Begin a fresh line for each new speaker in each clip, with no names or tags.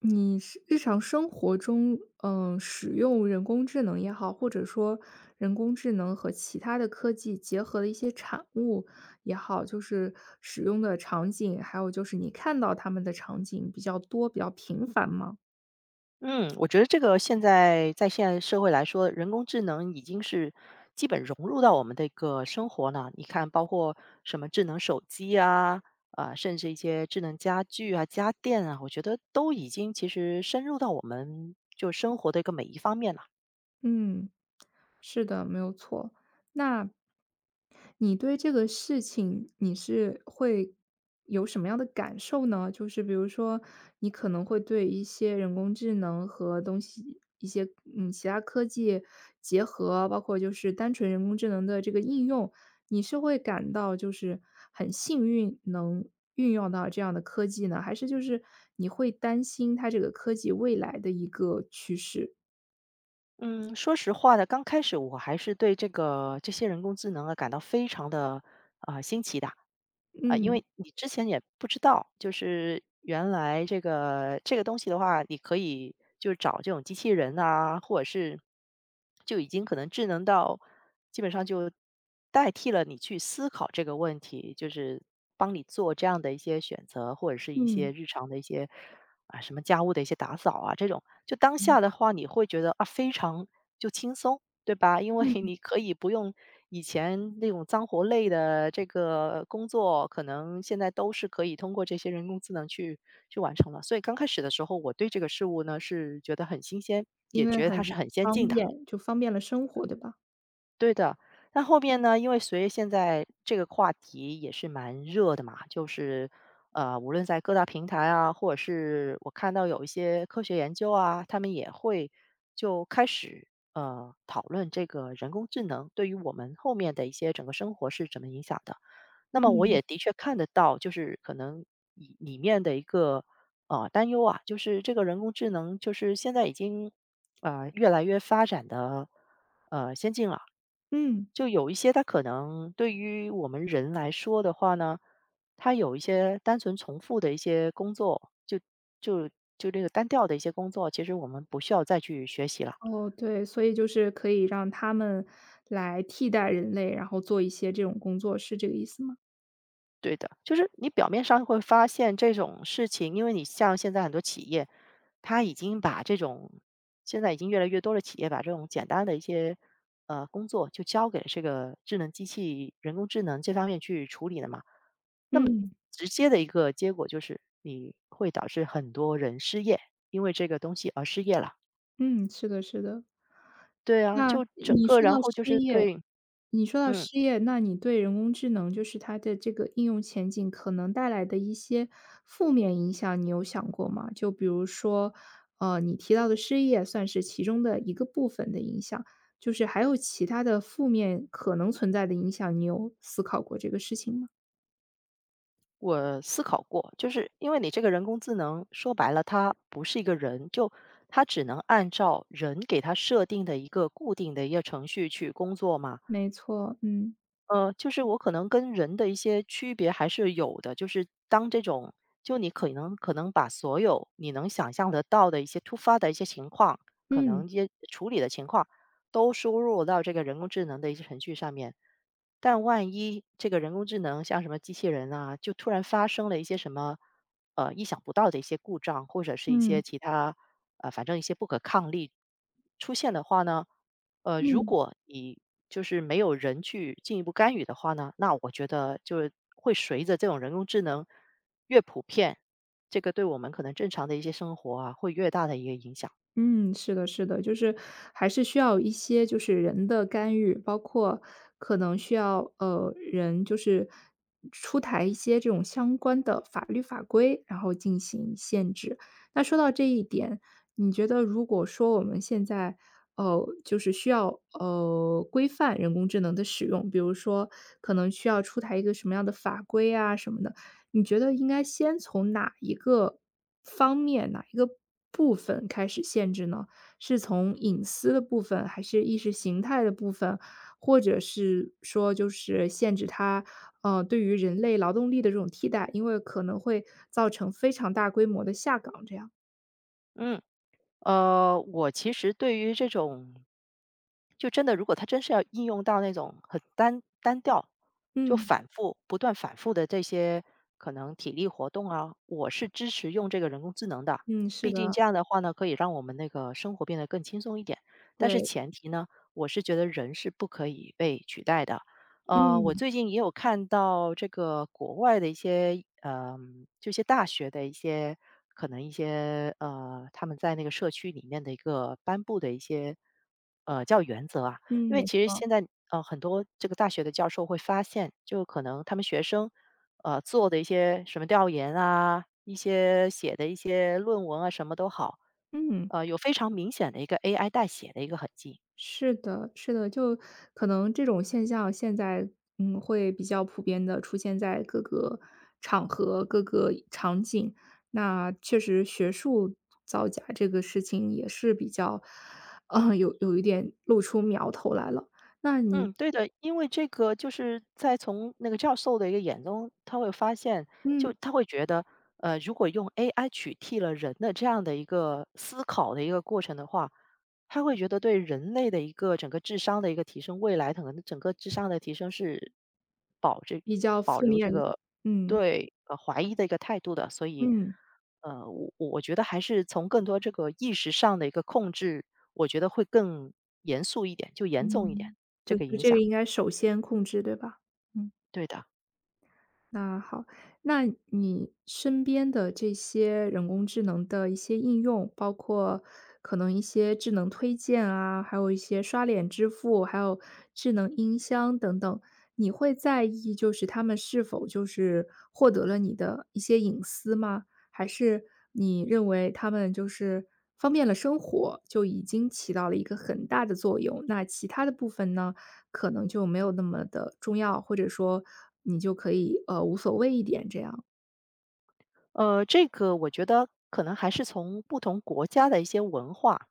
你是日常生活中，使用人工智能也好，或者说人工智能和其他的科技结合的一些产物也好，就是使用的场景，还有就是你看到他们的场景比较多、比较频繁吗？
嗯，我觉得这个现在社会来说，人工智能已经是基本融入到我们的一个生活了。你看，包括什么智能手机啊，甚至一些智能家具啊、家电啊，我觉得都已经其实深入到我们就生活的一个每一方面了。
嗯，是的，没有错。那你对这个事情，你是会有什么样的感受呢？就是比如说，你可能会对一些人工智能和东西，一些其他科技结合，包括就是单纯人工智能的这个应用，你是会感到就是很幸运能运用到这样的科技呢，还是就是你会担心它这个科技未来的一个趋势？
嗯，说实话呢，刚开始我还是对这些人工智能啊感到非常的新奇的因
嗯
为你之前也不知道，就是原来这个东西的话，你可以就找这种机器人啊，或者是就已经可能智能到基本上就代替了你去思考这个问题，就是帮你做这样的一些选择，或者是一些
嗯。
日常的一些什么家务的一些打扫啊这种。就当
嗯，
下的话，你会觉得非常就轻松，对吧？因为
嗯，
你可以不用以前那种脏活累的这个工作，可能现在都是可以通过这些人工智能去完成了。所以刚开始的时候，我对这个事物呢是觉得很新鲜，也
因为
觉得
很
它是很先进
方
的。
便，就方便了生活，对吧？
对的，那后面呢，因为随着现在这个话题也是蛮热的嘛，就是无论在各大平台啊，或者是我看到有一些科学研究啊，他们也会就开始讨论这个人工智能对于我们后面的一些整个生活是怎么影响的。那么我
嗯，
也的确看得到，就是可能里面的一个担忧啊，就是这个人工智能就是现在已经越来越发展的先进了。
嗯。
就有一些它可能对于我们人来说的话呢，它有一些单纯重复的一些工作，就就这个单调的一些工作，其实我们不需要再去学习了。
哦，对，所以就是可以让他们来替代人类，然后做一些这种工作，是这个意思吗？
对的，就是你表面上会发现这种事情，因为你像现在很多企业，它已经把这种现在已经越来越多的企业把这种简单的一些工作就交给这个智能机器、人工智能这方面去处理了嘛。那么
嗯。
直接的一个结果就是，你会导致很多人失业，因为这个东西而失业了。
嗯，是的是的。
对啊，
那
就整
你
个
说到
然后就
失
是
业
对。
你说到
嗯，
失业，那你对人工智能就是它的这个应用前景可能带来的一些负面影响，你有想过吗？就比如说，你提到的失业算是其中的一个部分的影响，就是还有其他的负面可能存在的影响，你有思考过这个事情吗？
我思考过，就是因为你这个人工智能说白了，它不是一个人，就它只能按照人给它设定的一个固定的一个程序去工作嘛。
没错，嗯，
就是我可能跟人的一些区别还是有的，就是当这种，就你可能把所有你能想象得到的一些突发的一些情况，可
嗯，
能一些处理的情况，都输入到这个人工智能的一些程序上面。但万一这个人工智能像什么机器人啊，就突然发生了一些什么，意想不到的一些故障，或者是一些
嗯，
其他，反正一些不可抗力出现的话呢，如
嗯。
果你就是没有人去进一步干预的话呢，那我觉得就是会随着这种人工智能越普遍，这个对我们可能正常的一些生活啊，会越大的一个影响。
嗯，是的，是的，就是还是需要一些就是人的干预，包括可能需要人就是出台一些这种相关的法律法规，然后进行限制。那说到这一点，你觉得如果说我们现在就是需要规范人工智能的使用，比如说可能需要出台一个什么样的法规啊什么的。你觉得应该先从哪一个方面、哪一个部分开始限制呢？是从隐私的部分，还是意识形态的部分，或者是说就是限制它，对于人类劳动力的这种替代，因为可能会造成非常大规模的下岗这样。
嗯。我其实对于这种，就真的如果它真是要应用到那种很单调，就
嗯，
反复不断反复的这些可能体力活动啊，我是支持用这个人工智能的。
嗯，是
毕竟
的，
这样的话呢，可以让我们那个生活变得更轻松一点。但是
对，
前提呢，我是觉得人是不可以被取代的。我
嗯，
最近也有看到这个国外的一些，这些大学的一些可能一些他们在那个社区里面的一个颁布的一些叫原则啊，
嗯，
因为
没
其实
错，
现在很多这个大学的教授会发现，就可能他们学生做的一些什么调研啊，一些写的一些论文啊，什么都好，
嗯。
有非常明显的一个 AI 代写的一个痕迹。
是的，是的，就可能这种现象现在，会比较普遍的出现在各个场合、各个场景。那确实学术造假这个事情也是比较，有一点露出苗头来了。那你
嗯，对的，因为这个就是在从那个教授的一个眼中，他会发现，就
嗯，
他会觉得，如果用 AI 取替了人的这样的一个思考的一个过程的话，他会觉得对人类的一个整个智商的一个提升，未来可能整个智商的提升是保这
比较
保
负
留这
面的。
个
嗯，
对怀疑的一个态度的，所以
嗯，
我觉得还是从更多这个意识上的一个控制，我觉得会更严肃一点，就严重一点。
嗯，
这
对，
个
就
影
这
响，
个应该首先控制，对吧？嗯。
对的。
那好，那你身边的这些人工智能的一些应用，包括可能一些智能推荐啊，还有一些刷脸支付，还有智能音箱等等，你会在意就是他们是否就是获得了你的一些隐私吗？还是你认为他们就是方便了生活，就已经起到了一个很大的作用，那其他的部分呢，可能就没有那么的重要，或者说你就可以，无所谓一点这样。
这个我觉得可能还是从不同国家的一些文化，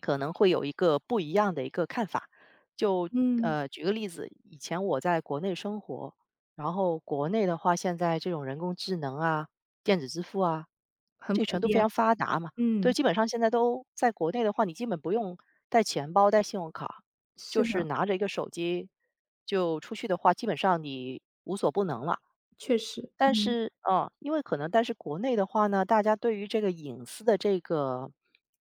可能会有一个不一样的一个看法。就
嗯，
举个例子，以前我在国内生活，然后国内的话，现在这种人工智能啊、电子支付啊，
很
这个
普
程度非
遍，
常发达嘛，对，
嗯，
基本上现在都在国内的话，你基本不用带钱包、带信用卡，
是
就是
的，
拿着一个手机就出去的话，基本上你无所不能了。
确实，
但
嗯，
是呃，因为可能但是国内的话呢，大家对于这个隐私的这个，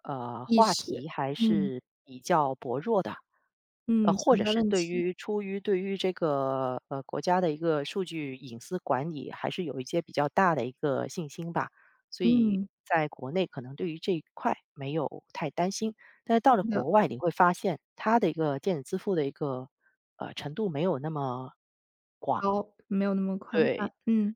意
话
识，
题还
嗯，
是比较薄弱的。
嗯，
或
存
者
在
是
问
对
题，
于出于对于这个，国家的一个数据隐私管理，还是有一些比较大的一个信心吧。所以
嗯，
在国内可能对于这一块没有太担心，但是到了
是的，
国外你会发现，它的一个电子支付的一个，程度没有那么，
高，没有那么宽
对，
泛，嗯，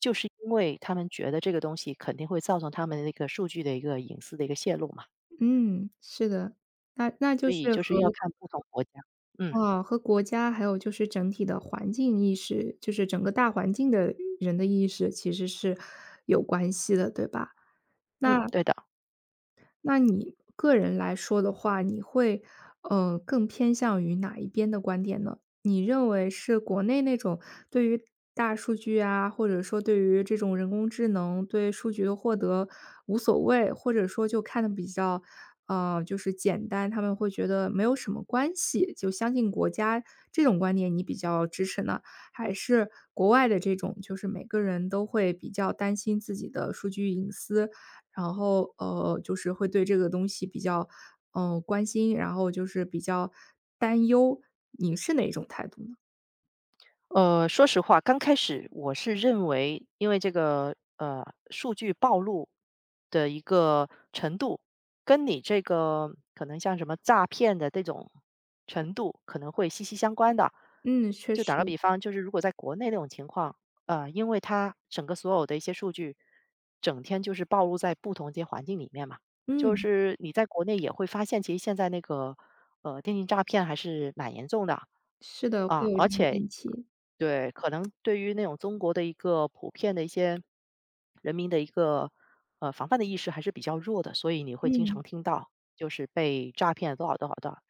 就是因为他们觉得这个东西肯定会造成他们那个数据的一个隐私的一个泄露嘛，
嗯，是的，那
所
就
以
是
就是
和
要看不同国家。嗯，
哦，和国家还有就是整体的环境意识，就是整个大环境的人的意识其实是有关系的，对吧？
嗯，
那
对的。
那你个人来说的话，你会，更偏向于哪一边的观点呢？你认为是国内那种对于大数据啊，或者说对于这种人工智能对数据的获得无所谓，或者说就看的比较，就是简单，他们会觉得没有什么关系，就相信国家这种观点你比较支持呢？还是国外的这种，就是每个人都会比较担心自己的数据隐私，然后就是会对这个东西比较关心，然后就是比较担忧，你是哪种态度呢？
说实话，刚开始我是认为，因为这个数据暴露的一个程度，跟你这个可能像什么诈骗的这种程度可能会息息相关的。
嗯，确
就打个
实，
比方，就是如果在国内那种情况，因为它整个所有的一些数据，整天就是暴露在不同一些环境里面嘛，就
嗯，
是你在国内也会发现，其实现在那个电信诈骗还是蛮严重的。
是的，会
啊，
有
而
这个
且
问题，
对，可能对于那种中国的一个普遍的一些人民的一个，防范的意识还是比较弱的，所以你会经常
嗯，
听到就是被诈骗多少多少多少。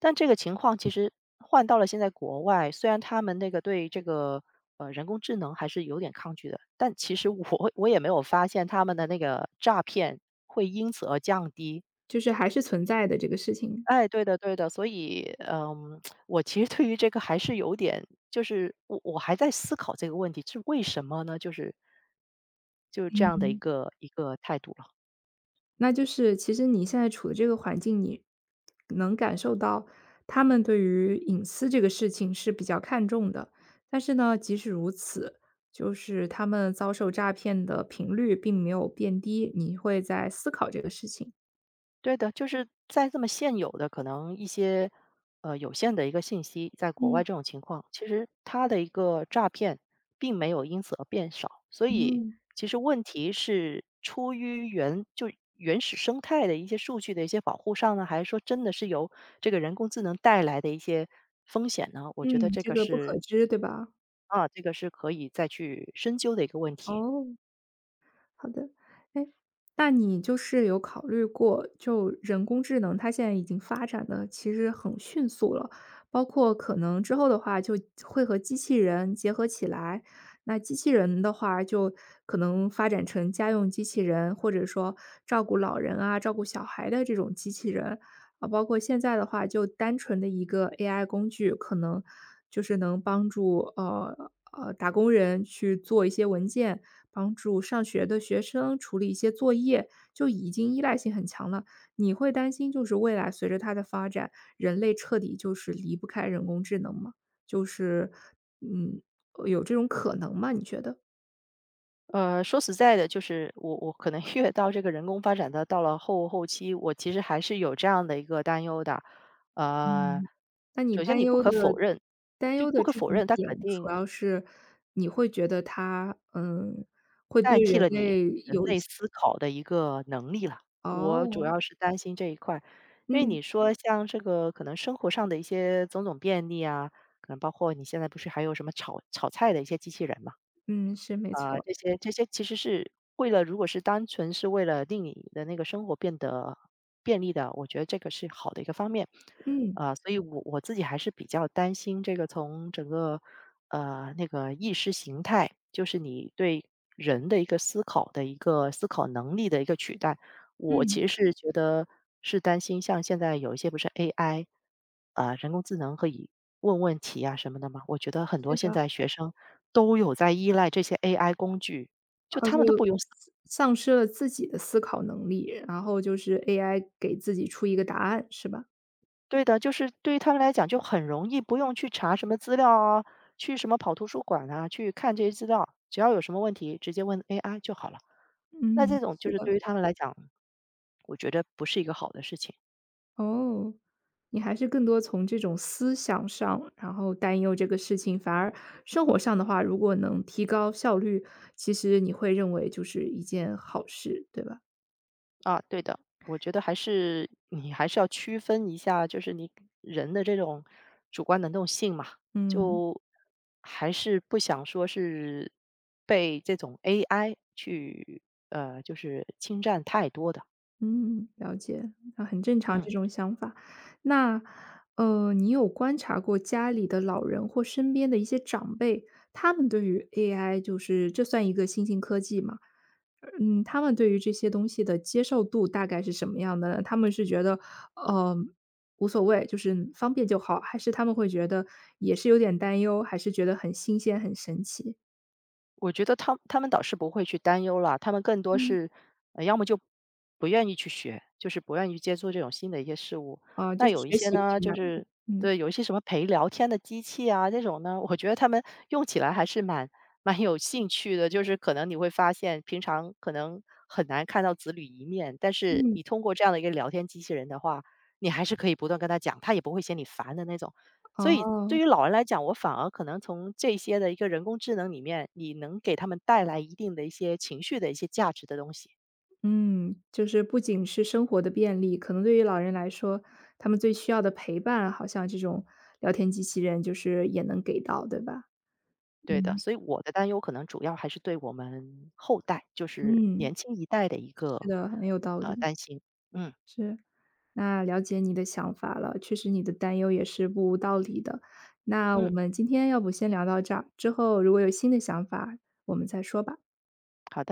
但这个情况其实换到了现在国外，虽然他们那个对这个，人工智能还是有点抗拒的，但其实我也没有发现他们的那个诈骗会因此而降低。
就是还是存在的这个事情。
哎，对的对的，所以，我其实对于这个还是有点，就是我还在思考这个问题，是为什么呢？就是这样的一个态度了。
那就是其实你现在处的这个环境，你能感受到他们对于隐私这个事情是比较看重的。但是呢，即使如此，就是他们遭受诈骗的频率并没有变低，你会在思考这个事情。
对的，就是在这么现有的可能一些有限的一个信息，在国外
嗯
这种情况，其实它的一个诈骗并没有因此而变少，所以
嗯。
其实问题是出于原始生态的一些数据的一些保护上呢，还是说真的是由这个人工智能带来的一些风险呢？我觉得
嗯，
这
这
个
个不
是
可知，对吧？
这个是可以再去深究的一个问题。
哦。好的，哎，那你就是有考虑过，就人工智能它现在已经发展的其实很迅速了，包括可能之后的话就会和机器人结合起来，那机器人的话就可能发展成家用机器人，或者说照顾老人啊、照顾小孩的这种机器人。啊，包括现在的话，就单纯的一个 AI 工具，可能就是能帮助打工人去做一些文件，帮助上学的学生处理一些作业，就已经依赖性很强了。你会担心就是未来随着它的发展，人类彻底就是离不开人工智能吗？就是嗯，有这种可能吗？你觉得？
说实在的，就是我可能 越到这个人工发展的到了后期，我其实还是有这样的一个担忧的。呃，
嗯，那你
首先
担
你不
忧
可
的
否认，
这种
它肯
点，主
定
要是你会觉得它，会
代
对
替
人
了你
类
人
有一
类
些
思考的一个能力了。我主
哦。
要是担心这一块，因为
嗯，
你说像这个可能生活上的一些种种便利啊，可能包括你现在不是还有什么炒菜的一些机器人嘛？
嗯，是没
啊，
错，
这些其实是为了如果是单纯是为了令你的那个生活变得便利的，我觉得这个是好的一个方面。
嗯，
啊，所以我自己还是比较担心这个从整个那个意识形态，就是你对人的一个思考能力的一个取代。我其
嗯，
实是觉得是担心，像现在有一些不是 AI,人工智能可以问问题啊什么的嘛，我觉得很多
是
现
的，
在学生都有在依赖这些 AI 工具，就他
就
们都不用思。
丧失了自己的思考能力，然后就是 AI 给自己出一个答案，是吧？
对的，就是对于他们来讲就很容易，不用去查什么资料啊，去什么跑图书馆啊，去看这些资料，只要有什么问题直接问 AI 就好了。那
嗯，
这种就
是
是
的。
对于他们来讲，我觉得不是一个好的事情。
哦，你还是更多从这种思想上，然后担忧这个事情，反而生活上的话，如果能提高效率，其实你会认为就是一件好事，对吧？
啊，对的，我觉得还是你还是要区分一下，就是你人的这种主观能动性嘛，
嗯
就还是不想说是被这种 AI 去就是侵占太多的。
嗯，了解，啊，很正常
嗯。
这种想法。那你有观察过家里的老人或身边的一些长辈，他们对于 AI，就是这算一个新兴科技吗？嗯，他们对于这些东西的接受度大概是什么样的呢？他们是觉得，呃，无所谓，就是方便就好，还是他们会觉得也是有点担忧，还是觉得很新鲜、很神奇？
我觉得他们倒是不会去担忧啦，他们更多
嗯。
是，要么就不愿意去学，就是不愿意接触这种新的一些事物。
啊，
那
就是
有一
学
些
习
呢，
困
就
难，
是
嗯。
对，有一些什么陪聊天的机器啊，这种呢，我觉得他们用起来还是蛮有兴趣的。就是可能你会发现，平常可能很难看到子女一面，但是
嗯。
你通过这样的一个聊天机器人的话，你还是可以不断跟他讲，他也不会嫌你烦的那种。所以对
哦，
于老人来讲，我反而可能从这些的一个人工智能里面，你能给他们带来一定的一些情绪的一些价值的东西。
嗯，就是不仅是生活的便利，可能对于老人来说，他们最需要的陪伴，好像这种聊天机器人就是也能给到，对吧？
对的，
嗯，
所以我的担忧可能主要还是对我们后代，就是
嗯，
年轻一代的一
是
个
的，很有道理，
担心。嗯
是。那了解你的想法了，确实你的担忧也是不无道理的。那我
嗯，
们今天要不先聊到这儿，之后如果有新的想法，我们再说吧。
好的。